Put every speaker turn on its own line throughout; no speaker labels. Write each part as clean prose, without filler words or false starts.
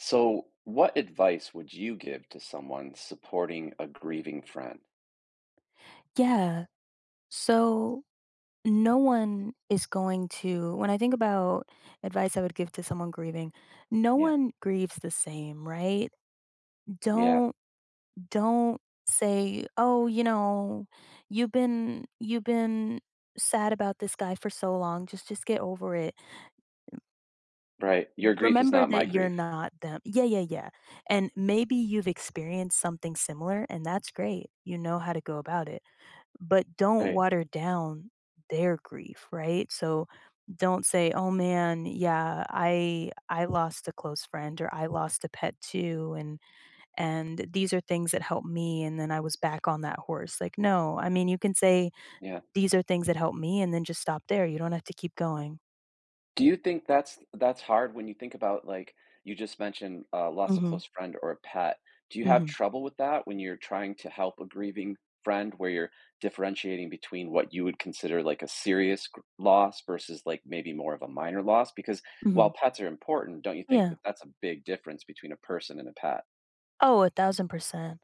So, what advice would you give to someone supporting a grieving friend?
Yeah. So no one is going to, when I think about advice I would give to someone grieving, no
Yeah,
one grieves the same, right?
yeah,
Don't, don't say, oh, you've been sad about this guy for so long. Just get over it.
right. Your grief is
Remember
not my
that you're
grief,
not them. Yeah. And maybe you've experienced something similar, and that's great. You know how to go about it. But don't
right?
water down their grief, right? So don't say, "Oh man, yeah, I lost a close friend or I lost a pet too and these are things that helped me and then I was back on that horse." Like, no. I mean, you can say
Yeah.
these are things that helped me and then just stop there. You don't have to keep going.
Do you think that's hard when you think about like you just mentioned loss of
Mhm.
close friend or a pet? Do you have
Mhm.
trouble with that when you're trying to help a grieving friend, where you're differentiating between what you would consider like a serious loss versus like maybe more of a minor loss? Because while
Mhm.
pets are important, don't you think
Yeah.
that that's a big difference between a person and a pet,
Oh, 1000%.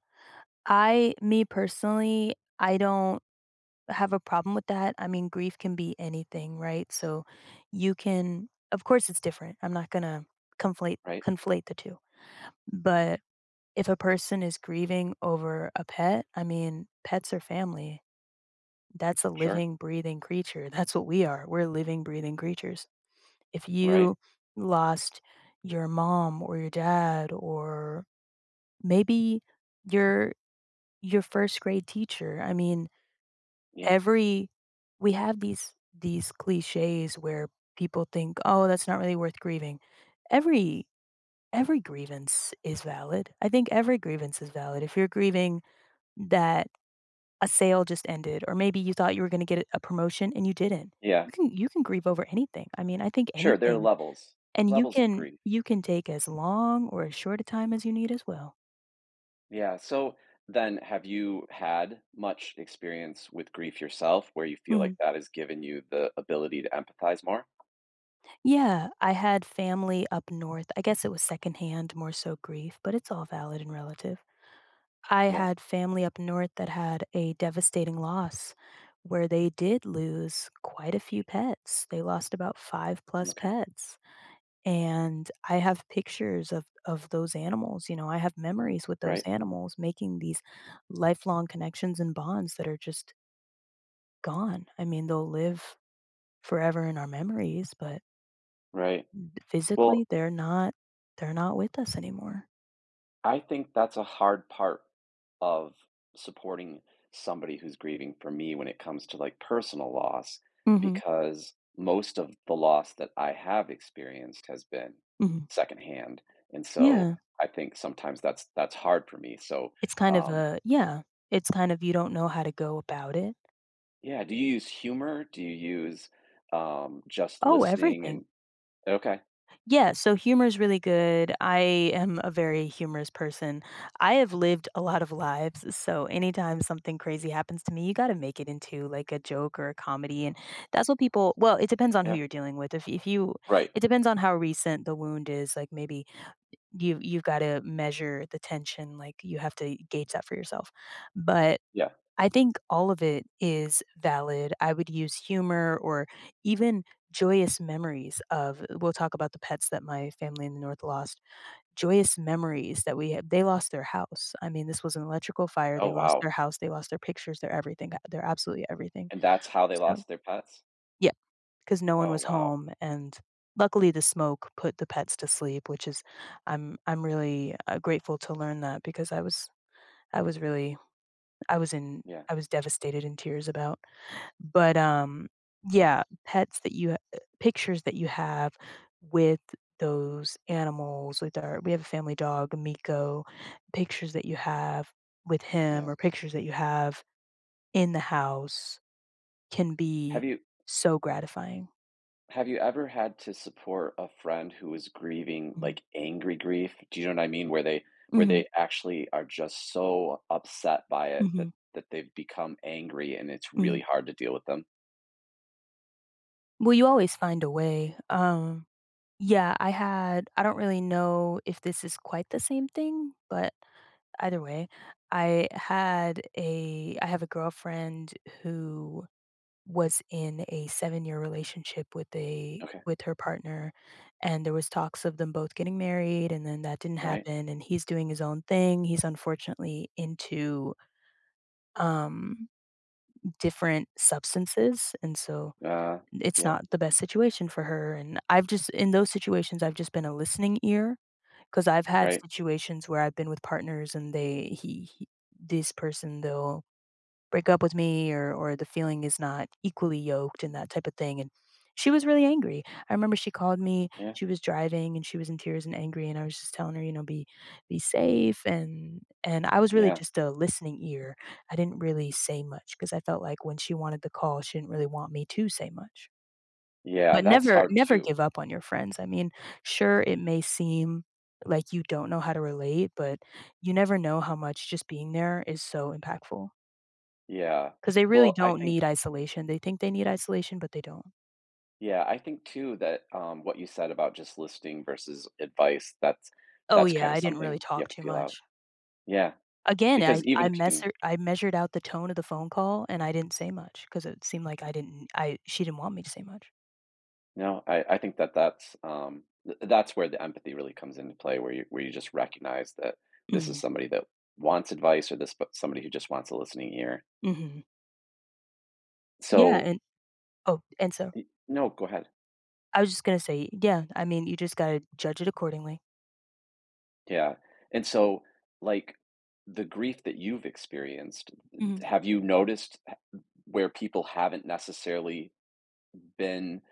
I me personally, I don't have a problem with that. I mean, grief can be anything, right? So you can of course it's different. I'm not going to conflate
right?
conflate the 2. But if a person is grieving over a pet, I mean, pets are family. That's a
Sure.
living, breathing creature. That's what we are. We're living, breathing creatures. If
Right.
you lost your mom or your dad or maybe your your first grade teacher, I mean,
Yeah.
every we have these cliches where people think, "Oh, that's not really worth grieving." Every every grievance is valid. I think every grievance is valid. If you're grieving that a sale just ended or maybe you thought you were gonna get a promotion and you didn't,
Yeah.
you can grieve over anything. I mean, I think
Sure. There are
anything,
levels,
and you
levels of
can
grief.
you can take as long or as short a time as you need as well.
Yeah. So then, have you had much experience with grief yourself where you feel like
Mm.
that has given you the ability to empathize more?
Yeah, I had family up north. I guess it was secondhand more so grief, but it's all valid and relative. I
Yeah.
had family up north that had a devastating loss where they did lose quite a few pets. They lost about 5 plus
Okay.
pets, and I have pictures of those animals, you know, I have memories with those
Right.
animals making these lifelong connections and bonds that are just gone. I mean, they'll live forever in our memories, but
Right. Well,
physically, they're not with us anymore.
I think that's a hard part of supporting somebody who's grieving for me when it comes to like personal loss,
Mhm,
because most of the loss that I have experienced has been
mhm.
secondhand. And so
Yeah.
I think sometimes that's hard for me. So
It's kind of
um
a yeah, it's kind of you don't know how to go about it.
yeah, do you use humor? Do you use just
Oh,
listening
everything.
and okay,
Yeah, so humor is really good. I am a very humorous person. I have lived a lot of lives, so anytime something crazy happens to me, you gotta make it into, like, a joke or a comedy, and that's what people well, it depends on who
yeah.
you're dealing with. If you
Right.
it depends on how recent the wound is, like, maybe you you've gotta measure the tension, like, you have to gauge that for yourself. But
Yeah.
I think all of it is valid. I would use humor or even joyous memories of we'll talk about the pets that my family in the North lost. Joyous memories that we have they lost their house. I mean, this was an electrical fire,
Oh
they lost their
wow.
house, they lost their pictures, their everything, their absolutely everything.
And that's how they
So,
lost their pets?
yeah, because no one
Oh
was
wow.
home, and luckily, the smoke put the pets to sleep, which is I'm really, grateful to learn that because I was really I was in
Yeah.
I was devastated in tears about. But yeah, pets that you ha pictures that you have with those animals, with our we have a family dog, Miko, pictures that you have with him
Yeah.
or pictures that you have in the house can
Have
be
you
so gratifying.
Have you ever had to support a friend who is grieving,
Mhm.
like, angry grief? Do you know what I mean? Where
Mhm.
they actually are just so upset by it that
Mhm.
that they've become angry, and it's really
Mhm.
hard to deal with them?
Well, you always find a way. Yeah, I had I don't really know if this is quite the same thing, but either way, I had a I have a girlfriend who was in a 7-year relationship with a
Okay.
with her partner, and there was talks of them both getting married, and then that didn't
Right.
happen, and he's doing his own thing. He's unfortunately into, um, different substances, and so
Uh,
it's
yeah.
not the best situation for her, and I've just in those situations, I've just been a listening ear. 'Cause I've had
Right.
situations where I've been with partners and they he this person, they'll break up with me or the feeling is not equally yoked and that type of thing, and she was really angry. I remember she called me,
Yeah.
she was driving, and she was in tears and angry, and I was just telling her, you know, be safe," and I was really
Yeah.
just a listening ear. I didn't really say much because I felt like when she wanted the call, she didn't really want me to say much.
Yeah,
But
that's
never
hard
never
too.
give up on your friends. I mean, sure, it may seem like you don't know how to relate, but you never know how much just being there is so impactful.
Yeah.
Because they really
Well, I
don't
think
need isolation. They think they need isolation, but they don't.
yeah, I think too that, what you said about just listening versus advice, that's
Oh,
that's
yeah,
kinda
I didn't really
something you have
talk
to
too
feel out.
much.
Yeah,
Again, I
because even
I
if you can
measured I measured out the tone of the phone call, and I didn't say much because it seemed like I didn't I she didn't want me to say much.
no, I think that that's, th that's where the empathy really comes into play, where you just recognize that this is
Mhm,
somebody that wants advice or this but somebody who just wants a listening ear.
mhm. Yeah,
So
and oh, and so
y no, go ahead.
I was just gonna say, yeah, I mean, you just gotta judge it accordingly.
Yeah, and so, like, the grief that you've experienced,
Mhm,
have you noticed h where people haven't necessarily been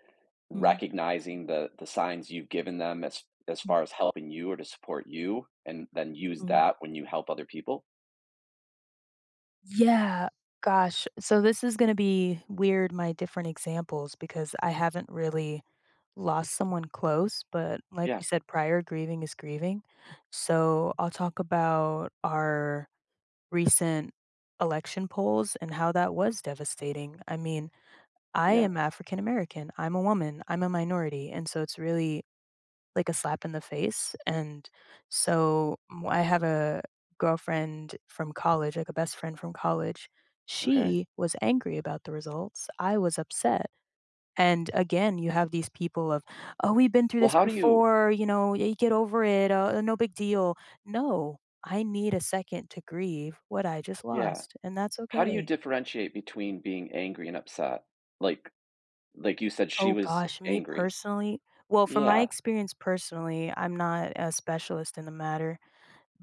mhm,
recognizing the signs you've given them as
mhm.
far as helping you or to support you, and then use
Mm,
that when you help other people?
yeah, gosh. So this is gonna be weird, my different examples, because I haven't really lost someone close, but like
Yeah,
we said prior, grieving is grieving. So I'll talk about our recent election polls and how that was devastating. I mean, I
yeah,
am African American, I'm a woman, I'm a minority, and so it's really like a slap in the face. And so mm, I have a girlfriend from college, like a best friend from college.
okay.
She was angry about the results. I was upset. And again, you have these people of, oh, we've been through
Well,
this
how do you
before, you know, y- get over it, no big deal. No, I need a second to grieve what I just
yeah,
lost, and that's
how do you
okay.
differentiate between being angry and upset? Like like you said, she
Oh
was
gosh, me
angry.
personally, well, from my
Yeah,
experience personally, I'm not a specialist in the matter,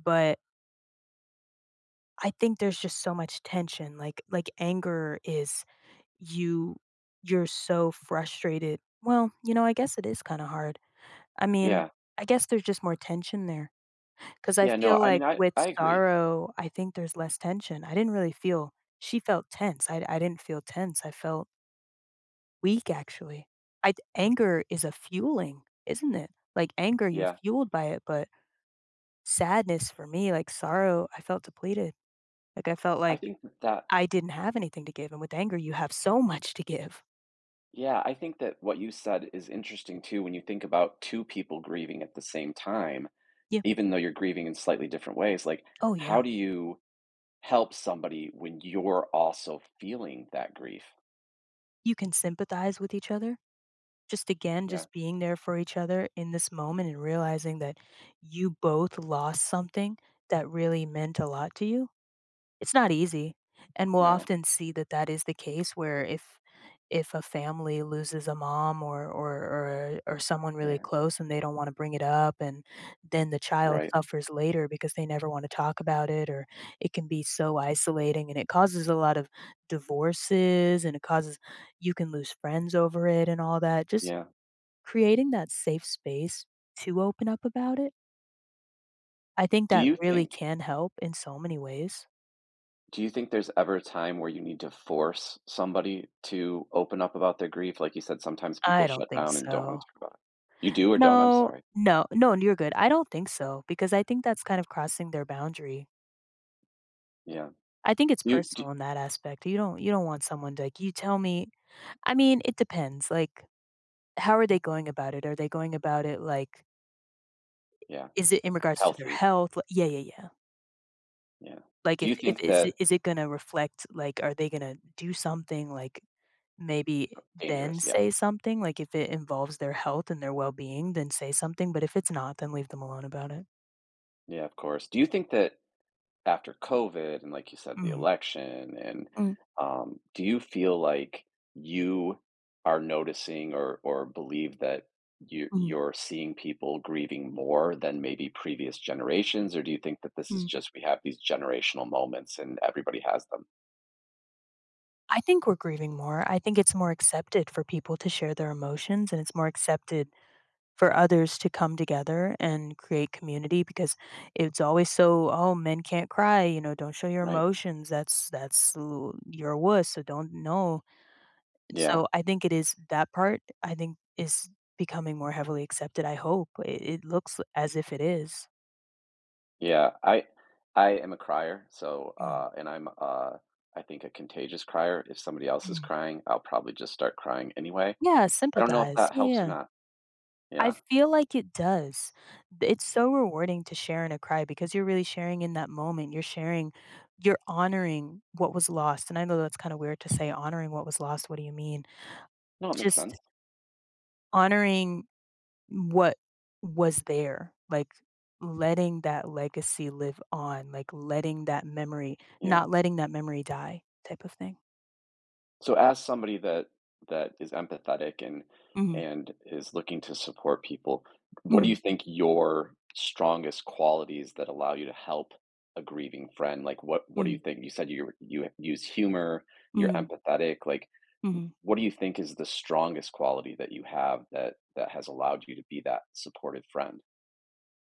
but I think there's just so much tension, like anger is you you're so frustrated. Well, you know, I guess it is kinda hard. I mean,
yeah.
I guess there's just more tension there because I
Yeah, no,
feel
I mean,
like
I
with
I agree.
sorrow, I think there's less tension. I didn't really feel she felt tense. I didn't feel tense. I felt weak actually. I anger is a fueling, isn't it? Like anger, you're
Yeah.
fueled by it, but sadness for me, like sorrow, I felt depleted. Like I felt
I
like
think that
I didn't have anything to give, and with anger, you have so much to give.
yeah, I think that what you said is interesting too when you think about two people grieving at the same time,
Yeah.
even though you're grieving in slightly different ways. Like,
Oh,
how
yeah.
do you help somebody when you're also feeling that grief?
You can sympathize with each other. Just again,
Yeah.
just being there for each other in this moment and realizing that you both lost something that really meant a lot to you. It's not easy, and we'll
No.
often see that that is the case where if a family loses a mom or or someone really
Yeah.
close and they don't wanna bring it up, and then the child
Right.
suffers later because they never wanna talk about it, or it can be so isolating, and it causes a lot of divorces, and it causes you can lose friends over it and all that. Just
Yeah.
creating that safe space to open up about it, I think
Do
that
you
really
think
can help in so many ways.
Do you think there's ever a time where you need to force somebody to open up about their grief? Like you said, sometimes people
I don't
shut
think
down and don't want
so.
to talk about it. You do or don't? I'm
No,
sorry.
no, no, you're good. I don't think so because I think that's kind of crossing their boundary.
Yeah.
I think it's
You do,
personal in that aspect. You don't want someone to, like, "You tell me." I mean, it depends, like, how are they going about it? Are they going about it, like
yeah.
is it in regards to their
Healthy.
health? Li Yeah, yeah, yeah.
Yeah.
Like,
Do
if
you
if
think
is it
that
is it gonna reflect, like, are they gonna do something, like, maybe then
dangerous? Yeah.
say something? Like, if it involves their health and their well-being, then say something, but if it's not, then leave them alone about it.
Yeah, of course. Do you think that after COVID and like you said, the
Mhm.
election and
Mm,
do you feel like you are noticing or believe that
mhm,
you're seeing people grieving more than maybe previous generations, or do you think that this is
mm.
just we have these generational moments and everybody has them,
I think we're grieving more. I think it's more accepted for people to share their emotions, and it's more accepted for others to come together and create community because it's always so, "Oh, men can't cry," you know, "Don't show your
right?
emotions. That's l you're a wuss, so don't no."
Yeah,
So, I think it is that part, I think, is becoming more heavily accepted, I hope. It looks as if it is.
yeah. I am a crier, so
Mm,
and I'm I think a contagious crier. If somebody else is
mm.
crying, I'll probably just start crying anyway.
Yeah,
I don't know if
sympathize.
that
Yeah,
helps or
yeah.
not.
I
Yeah.
feel like it does. Th it's so rewarding to share in a cry because you're really sharing in that moment. You're sharing you're honoring what was lost, and I know that's kinda weird to say honoring what was lost, what do you mean?
No, it makes
Just
sense.
honoring what was there, like, letting that legacy live on, like, letting that memory
Yeah.
not letting that memory die type of thing.
So as somebody that is empathetic and
Mhm.
is looking to support people, what do you
Mm,
think your strongest qualities that allow you to help a grieving friend? Like what do you
mm,
think? You said you use humor, you're
mm,
empathetic. Like
mhm.
what do you think is the strongest quality that you have that has allowed you to be that supportive friend?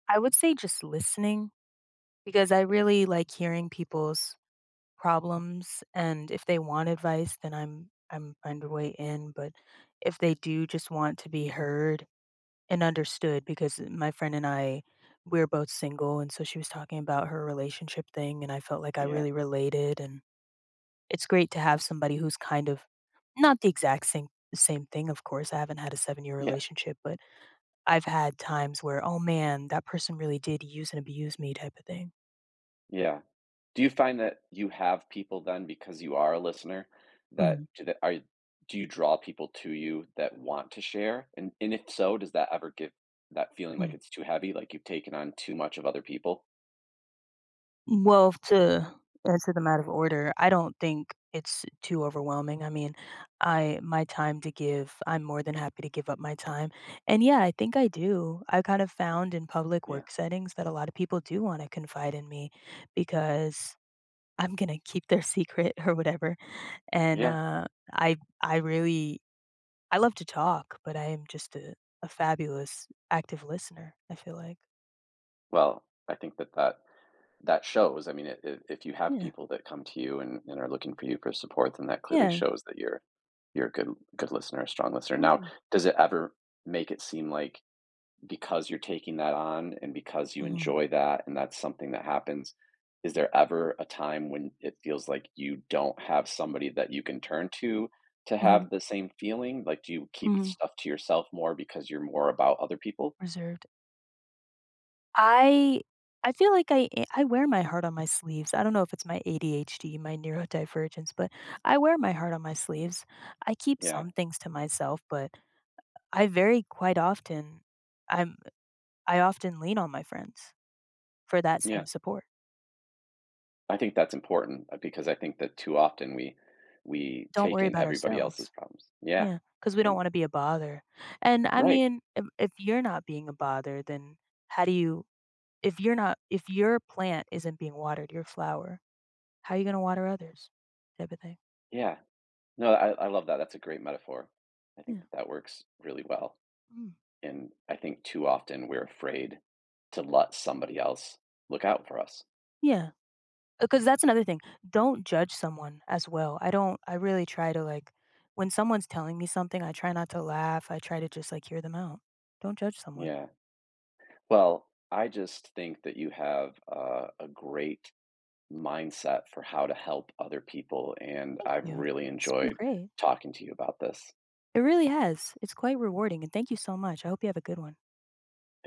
I would say just listening because I
Yeah.
really like hearing people's problems, and if they want advice, then I'm underway in, but if they do just want to be heard and understood because my friend and I, we're both single, and so she was talking about her relationship thing, and I felt like I
Yeah,
really related, and it's great to have somebody who's kind of not the exact same thing, of course. I haven't had a 7-year
yeah,
relationship, but I've had times where, "Oh, man, that person really did use and abuse me," type of thing.
yeah. Do you find that you have people then because you are a listener that
Mhm.
do that are do you draw people to you that want to share? And if so, does that ever give that feeling like
Mhm.
it's too heavy, like you've taken on too much of other people?
Well, to answer them out of order, I don't think it's too overwhelming. I mean, I my time to give, I'm more than happy to give up my time. And yeah, I think I do. I kind of found in public
Yeah.
work settings that a lot of people do want to confide in me because I'm going to keep their secret or whatever. And
Yeah.
I I really I love to talk, but I am just a fabulous active listener, I feel like.
Well, I think that that shows. I mean, I if you have
Yeah.
people that come to you and are looking for you for support, then that clearly
Yeah.
shows that you're you're a good listener, a strong listener. Now,
Mhm.
does it ever make it seem like because you're taking that on and because you
Mhm.
enjoy that and that's something that happens, is there ever a time when it feels like you don't have somebody that you can turn to
Mhm.
have the same feeling? Like, do you keep
Mhm.
stuff to yourself more because you're more about other people?
Reserved. I I feel like I I wear my heart on my sleeves. I don't know if it's my ADHD, my neurodivergence, but I wear my heart on my sleeves. I keep
Yeah.
some things to myself, but I very quite often I'm I often lean on my friends for that
Yeah.
same support.
I think that's important, because I think that too often we
Don't
take
worry
in
about
everybody else's
ourselves.
problems. Yeah,
Yeah, because we don't
and
wanna be a bother. And I
right,
mean, if you're not being a bother, then how do you if you're not if your plant isn't being watered, your flower, how are you gonna water others? Type of thing.
yeah. No, I love that, that's a great metaphor. I think
Yeah.
that that works really well,
Mm.
and I think too often we're afraid to let somebody else look out for us.
Yeah, because that's another thing. Don't judge someone as well. I don't I really try to, like when someone's telling me something, I try not to laugh. I try to just, like, hear them out. Don't judge someone.
Yeah. Well, I just think that you have a great mindset for how to help other people, and
Thank
I've
you.
really
This has been
enjoyed
great.
talking to you about this.
It really has. It's quite rewarding, and thank you so much. I hope you have a good one.
Thank